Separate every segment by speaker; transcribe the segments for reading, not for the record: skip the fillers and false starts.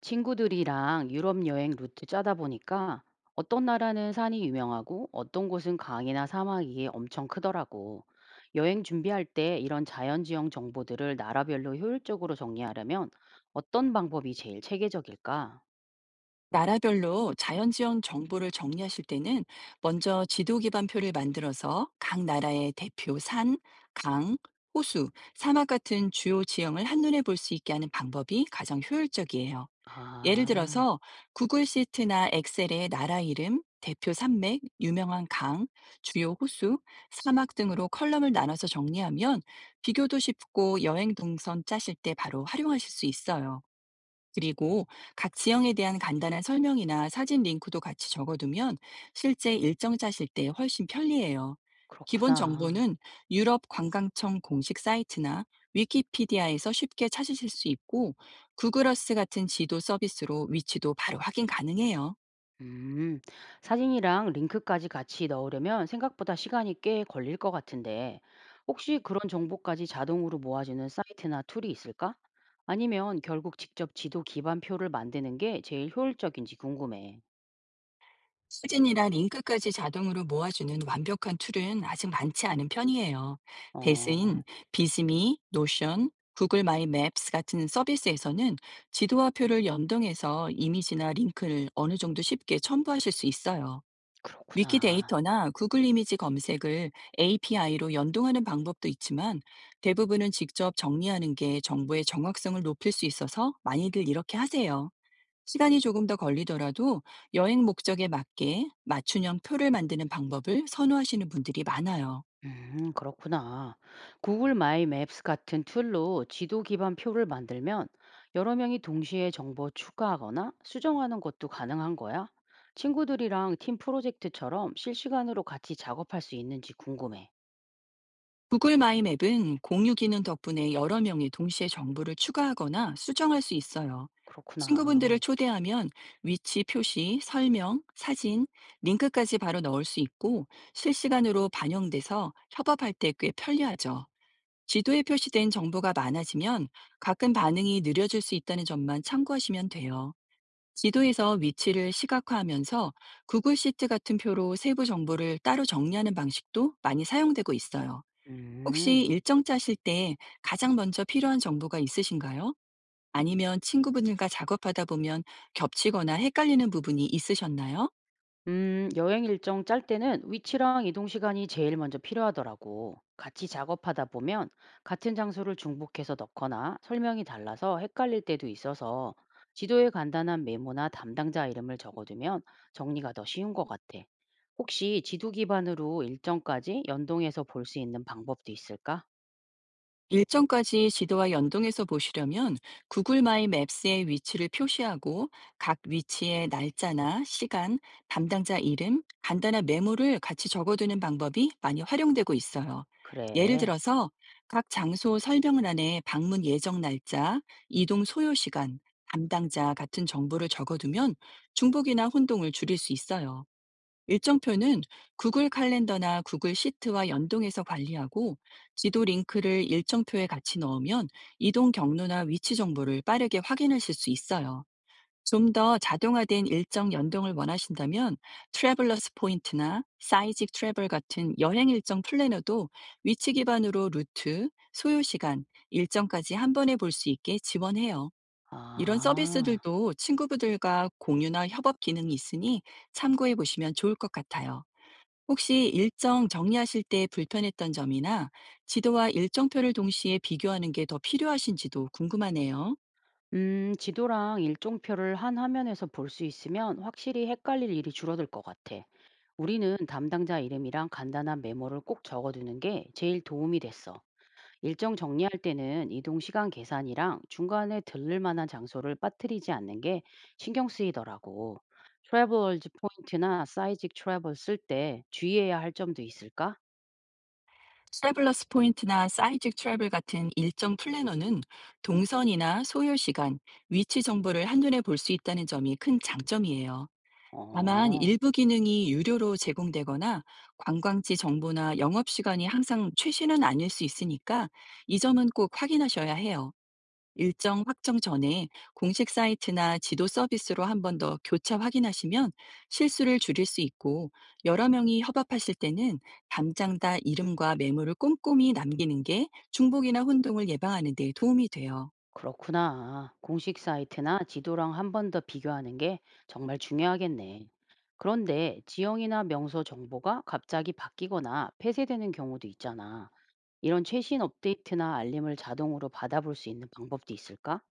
Speaker 1: 친구들이랑 유럽 여행 루트 짜다 보니까 어떤 나라는 산이 유명하고 어떤 곳은 강이나 사막이 엄청 크더라고. 여행 준비할 때 이런 자연지형 정보들을 나라별로 효율적으로 정리하려면 어떤 방법이 제일 체계적일까?
Speaker 2: 나라별로 자연지형 정보를 정리하실 때는 먼저 지도 기반표를 만들어서 각 나라의 대표 산, 강, 호수, 사막 같은 주요 지형을 한눈에 볼 수 있게 하는 방법이 가장 효율적이에요. 예를
Speaker 1: 아,
Speaker 2: 들어서 구글 시트나 엑셀에 나라 이름, 대표 산맥, 유명한 강, 주요 호수, 사막 등으로 컬럼을 나눠서 정리하면 비교도 쉽고 여행 동선 짜실 때 바로 활용하실 수 있어요. 그리고 각 지형에 대한 간단한 설명이나 사진 링크도 같이 적어두면 실제 일정 짜실 때 훨씬 편리해요. 기본
Speaker 1: 그렇구나.
Speaker 2: 정보는 유럽 관광청 공식 사이트나 위키피디아에서 쉽게 찾으실 수 있고, 구글어스 같은 지도 서비스로 위치도 바로 확인 가능해요.
Speaker 1: 음, 사진이랑 링크까지 같이 넣으려면 생각보다 시간이 꽤 걸릴 것 같은데, 혹시 그런 정보까지 자동으로 모아주는 사이트나 툴이 있을까? 아니면 결국 직접 지도 기반표를 만드는 게 제일 효율적인지 궁금해.
Speaker 2: 수진이나 링크까지 자동으로 모아주는 완벽한 툴은 아직 많지 않은 편이에요.
Speaker 1: 어,
Speaker 2: 대신 비스미, 노션, 구글 마이 맵스 같은 서비스에서는 지도와 표를 연동해서 이미지나 링크를 어느 정도 쉽게 첨부하실 수 있어요.
Speaker 1: 그렇구나.
Speaker 2: 위키데이터나 구글 이미지 검색을 API로 연동하는 방법도 있지만, 대부분은 직접 정리하는 게 정보의 정확성을 높일 수 있어서 많이들 이렇게 하세요. 시간이 조금 더 걸리더라도 여행 목적에 맞게 맞춤형 표를 만드는 방법을 선호하시는 분들이 많아요.
Speaker 1: 그렇구나. 구글 마이 맵스 같은 툴로 지도 기반 표를 만들면 여러 명이 동시에 정보 추가하거나 수정하는 것도 가능한 거야? 친구들이랑 팀 프로젝트처럼 실시간으로 같이 작업할 수 있는지 궁금해.
Speaker 2: 구글 마이 맵은 공유 기능 덕분에 여러 명이 동시에 정보를 추가하거나 수정할 수 있어요.
Speaker 1: 그렇구나.
Speaker 2: 친구분들을 초대하면 위치 표시, 설명, 사진, 링크까지 바로 넣을 수 있고, 실시간으로 반영돼서 협업할 때 꽤 편리하죠. 지도에 표시된 정보가 많아지면 가끔 반응이 느려질 수 있다는 점만 참고하시면 돼요. 지도에서 위치를 시각화하면서 구글 시트 같은 표로 세부 정보를 따로 정리하는 방식도 많이 사용되고 있어요. 혹시
Speaker 1: 음.
Speaker 2: 일정 짜실 때 가장 먼저 필요한 정보가 있으신가요? 아니면 친구분들과 작업하다 보면 겹치거나 헷갈리는 부분이 있으셨나요?
Speaker 1: 여행 일정 짤 때는 위치랑 이동 시간이 제일 먼저 필요하더라고. 같이 작업하다 보면 같은 장소를 중복해서 넣거나 설명이 달라서 헷갈릴 때도 있어서 지도에 간단한 메모나 담당자 이름을 적어두면 정리가 더 쉬운 것 같아. 혹시 지도 기반으로 일정까지 연동해서 볼 수 있는 방법도 있을까?
Speaker 2: 일정까지 지도와 연동해서 보시려면 구글 마이 맵스의 위치를 표시하고, 각 위치의 날짜나 시간, 담당자 이름, 간단한 메모를 같이 적어두는 방법이 많이 활용되고 있어요. 예를
Speaker 1: 그래.
Speaker 2: 들어서 각 장소 설명란에 방문 예정 날짜, 이동 소요 시간, 담당자 같은 정보를 적어두면 중복이나 혼동을 줄일 수 있어요. 일정표는 구글 칼렌더나 구글 시트와 연동해서 관리하고, 지도 링크를 일정표에 같이 넣으면 이동 경로나 위치 정보를 빠르게 확인하실 수 있어요. 좀 더 자동화된 일정 연동을 원하신다면 트래블러스 포인트나 사이직 트래블 같은 여행 일정 플래너도 위치 기반으로 루트, 소요 시간, 일정까지 한 번에 볼 수 있게 지원해요. 이런
Speaker 1: 아.
Speaker 2: 서비스들도 친구들과 공유나 협업 기능이 있으니 참고해 보시면 좋을 것 같아요. 혹시 일정 정리하실 때 불편했던 점이나 지도와 일정표를 동시에 비교하는 게 더 필요하신지도 궁금하네요.
Speaker 1: 지도랑 일정표를 한 화면에서 볼 수 있으면 확실히 헷갈릴 일이 줄어들 것 같아. 우리는 담당자 이름이랑 간단한 메모를 꼭 적어두는 게 제일 도움이 됐어. 일정 정리할 때는 이동 시간 계산이랑 중간에 들를 만한 장소를 빠뜨리지 않는 게 신경 쓰이더라고. 트래블즈 포인트나 사이직 트래블 쓸 때 주의해야 할 점도 있을까?
Speaker 2: 트래블러스 포인트나 사이직 트래블 같은 일정 플래너는 동선이나 소요 시간, 위치 정보를 한눈에 볼 수 있다는 점이 큰 장점이에요. 다만
Speaker 1: 어,
Speaker 2: 일부 기능이 유료로 제공되거나 관광지 정보나 영업 시간이 항상 최신은 아닐 수 있으니까 이 점은 꼭 확인하셔야 해요. 일정 확정 전에 공식 사이트나 지도 서비스로 한 번 더 교차 확인하시면 실수를 줄일 수 있고, 여러 명이 협업하실 때는 담당자 이름과 메모를 꼼꼼히 남기는 게 중복이나 혼동을 예방하는 데 도움이 돼요.
Speaker 1: 그렇구나. 공식 사이트나 지도랑 한 번 더 비교하는 게 정말 중요하겠네. 그런데 지형이나 명소 정보가 갑자기 바뀌거나 폐쇄되는 경우도 있잖아. 이런 최신 업데이트나 알림을 자동으로 받아볼 수 있는 방법도 있을까?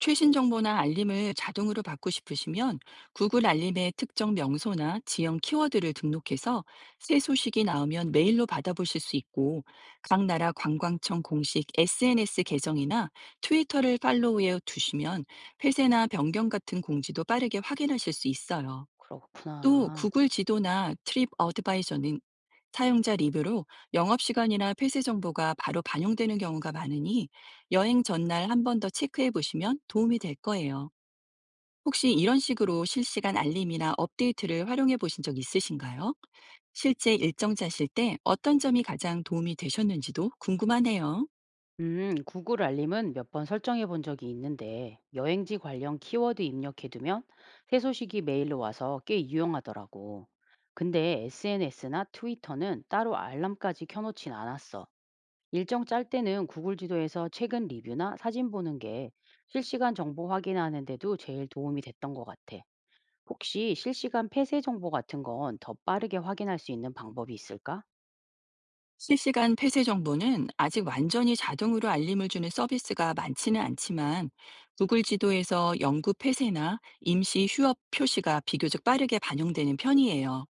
Speaker 2: 최신 정보나 알림을 자동으로 받고 싶으시면 구글 알림의 특정 명소나 지역 키워드를 등록해서 새 소식이 나오면 메일로 받아보실 수 있고, 각 나라 관광청 공식 SNS 계정이나 트위터를 팔로우해 두시면 폐쇄나 변경 같은 공지도 빠르게 확인하실 수 있어요. 또
Speaker 1: 그렇구나.
Speaker 2: 구글 지도나 트립 어드바이저는 사용자 리뷰로 영업시간이나 폐쇄 정보가 바로 반영되는 경우가 많으니, 여행 전날 한 번 더 체크해 보시면 도움이 될 거예요. 혹시 이런 식으로 실시간 알림이나 업데이트를 활용해 보신 적 있으신가요? 실제 일정 짜실 때 어떤 점이 가장 도움이 되셨는지도 궁금하네요.
Speaker 1: 구글 알림은 몇 번 설정해 본 적이 있는데 여행지 관련 키워드 입력해 두면 새 소식이 메일로 와서 꽤 유용하더라고. 근데 SNS나 트위터는 따로 알람까지 켜놓진 않았어. 일정 짤 때는 구글 지도에서 최근 리뷰나 사진 보는 게 실시간 정보 확인하는데도 제일 도움이 됐던 것 같아. 혹시 실시간 폐쇄 정보 같은 건 더 빠르게 확인할 수 있는 방법이 있을까?
Speaker 2: 실시간 폐쇄 정보는 아직 완전히 자동으로 알림을 주는 서비스가 많지는 않지만, 구글 지도에서 영구 폐쇄나 임시 휴업 표시가 비교적 빠르게 반영되는 편이에요.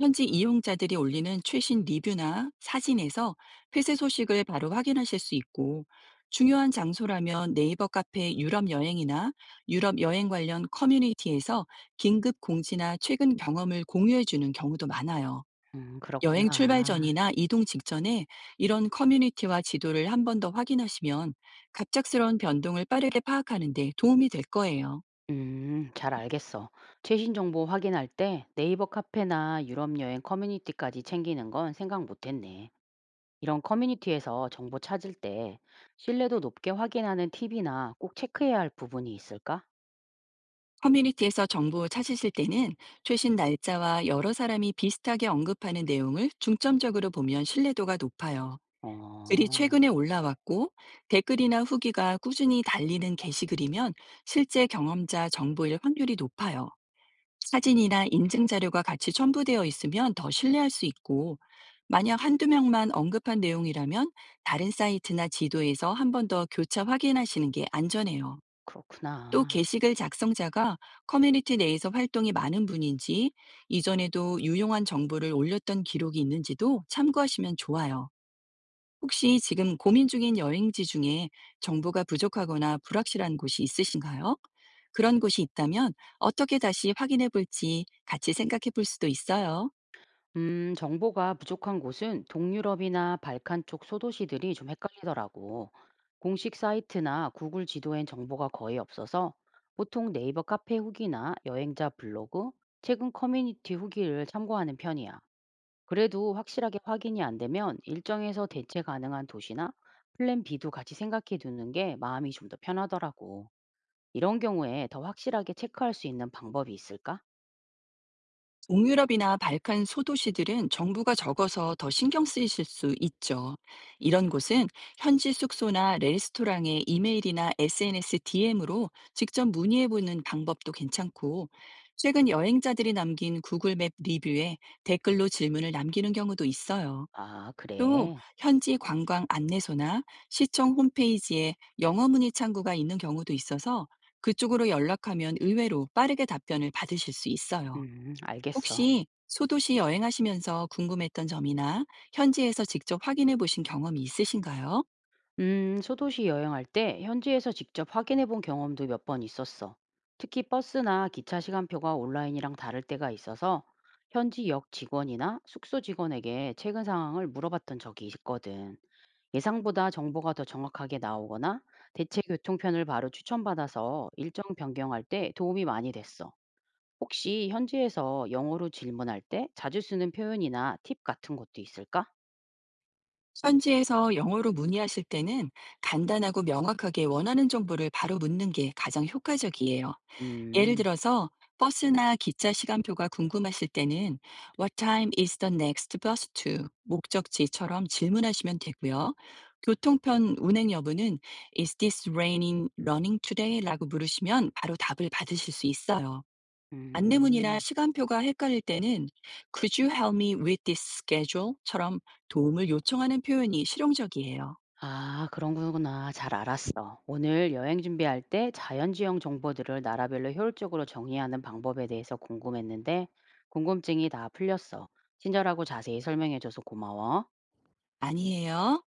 Speaker 2: 현지 이용자들이 올리는 최신 리뷰나 사진에서 폐쇄 소식을 바로 확인하실 수 있고, 중요한 장소라면 네이버 카페 유럽 여행이나 유럽 여행 관련 커뮤니티에서 긴급 공지나 최근 경험을 공유해 주는 경우도 많아요. 여행 출발
Speaker 1: 그렇구나.
Speaker 2: 전이나 이동 직전에 이런 커뮤니티와 지도를 한 번 더 확인하시면 갑작스러운 변동을 빠르게 파악하는 데 도움이 될 거예요.
Speaker 1: 잘 알겠어. 최신 정보 확인할 때 네이버 카페나 유럽 여행 커뮤니티까지 챙기는 건 생각 못 했네. 이런 커뮤니티에서 정보 찾을 때 신뢰도 높게 확인하는 팁이나 꼭 체크해야 할 부분이 있을까?
Speaker 2: 커뮤니티에서 정보 찾으실 때는 최신 날짜와 여러 사람이 비슷하게 언급하는 내용을 중점적으로 보면 신뢰도가 높아요. 글이
Speaker 1: 어,
Speaker 2: 최근에 올라왔고 댓글이나 후기가 꾸준히 달리는 게시글이면 실제 경험자 정보일 확률이 높아요. 사진이나 인증 자료가 같이 첨부되어 있으면 더 신뢰할 수 있고, 만약 한두 명만 언급한 내용이라면 다른 사이트나 지도에서 한 번 더 교차 확인하시는 게 안전해요. 또
Speaker 1: 그렇구나.
Speaker 2: 게시글 작성자가 커뮤니티 내에서 활동이 많은 분인지, 이전에도 유용한 정보를 올렸던 기록이 있는지도 참고하시면 좋아요. 혹시 지금 고민 중인 여행지 중에 정보가 부족하거나 불확실한 곳이 있으신가요? 그런 곳이 있다면 어떻게 다시 확인해 볼지 같이 생각해 볼 수도 있어요.
Speaker 1: 정보가 부족한 곳은 동유럽이나 발칸 쪽 소도시들이 좀 헷갈리더라고. 공식 사이트나 구글 지도엔 정보가 거의 없어서 보통 네이버 카페 후기나 여행자 블로그, 최근 커뮤니티 후기를 참고하는 편이야. 그래도 확실하게 확인이 안 되면 일정에서 대체 가능한 도시나 플랜 B도 같이 생각해 두는 게 마음이 좀 더 편하더라고. 이런 경우에 더 확실하게 체크할 수 있는 방법이 있을까?
Speaker 2: 동유럽이나 발칸 소도시들은 정부가 적어서 더 신경 쓰이실 수 있죠. 이런 곳은 현지 숙소나 레스토랑의 이메일이나 SNS DM으로 직접 문의해 보는 방법도 괜찮고, 최근 여행자들이 남긴 구글 맵 리뷰에 댓글로 질문을 남기는 경우도 있어요.
Speaker 1: 아,
Speaker 2: 또
Speaker 1: 그래.
Speaker 2: 현지 관광 안내소나 시청 홈페이지에 영어 문의 창구가 있는 경우도 있어서, 그쪽으로 연락하면 의외로 빠르게 답변을 받으실 수 있어요.
Speaker 1: 알겠어.
Speaker 2: 혹시 소도시 여행하시면서 궁금했던 점이나 현지에서 직접 확인해 보신 경험이 있으신가요?
Speaker 1: 소도시 여행할 때 현지에서 직접 확인해 본 경험도 몇 번 있었어. 특히 버스나 기차 시간표가 온라인이랑 다를 때가 있어서 현지 역 직원이나 숙소 직원에게 최근 상황을 물어봤던 적이 있거든. 예상보다 정보가 더 정확하게 나오거나 대체 교통편을 바로 추천받아서 일정 변경할 때 도움이 많이 됐어. 혹시 현지에서 영어로 질문할 때 자주 쓰는 표현이나 팁 같은 것도 있을까?
Speaker 2: 현지에서 영어로 문의하실 때는 간단하고 명확하게 원하는 정보를 바로 묻는 게 가장 효과적이에요. 예를
Speaker 1: 음,
Speaker 2: 들어서 버스나 기차 시간표가 궁금하실 때는 "What time is the next bus to?" 목적지처럼 질문하시면 되고요. 교통편 운행 여부는 "Is this raining running today? 라고 물으시면 바로 답을 받으실 수 있어요. 안내문이나
Speaker 1: 음.
Speaker 2: 시간표가 헷갈릴 때는 "Could you help me with this schedule? 처럼 도움을 요청하는 표현이 실용적이에요.
Speaker 1: 아, 그런 거구나. 잘 알았어. 오늘 여행 준비할 때 자연지형 정보들을 나라별로 효율적으로 정리하는 방법에 대해서 궁금했는데, 궁금증이 다 풀렸어. 친절하고 자세히 설명해줘서 고마워.
Speaker 2: 아니에요.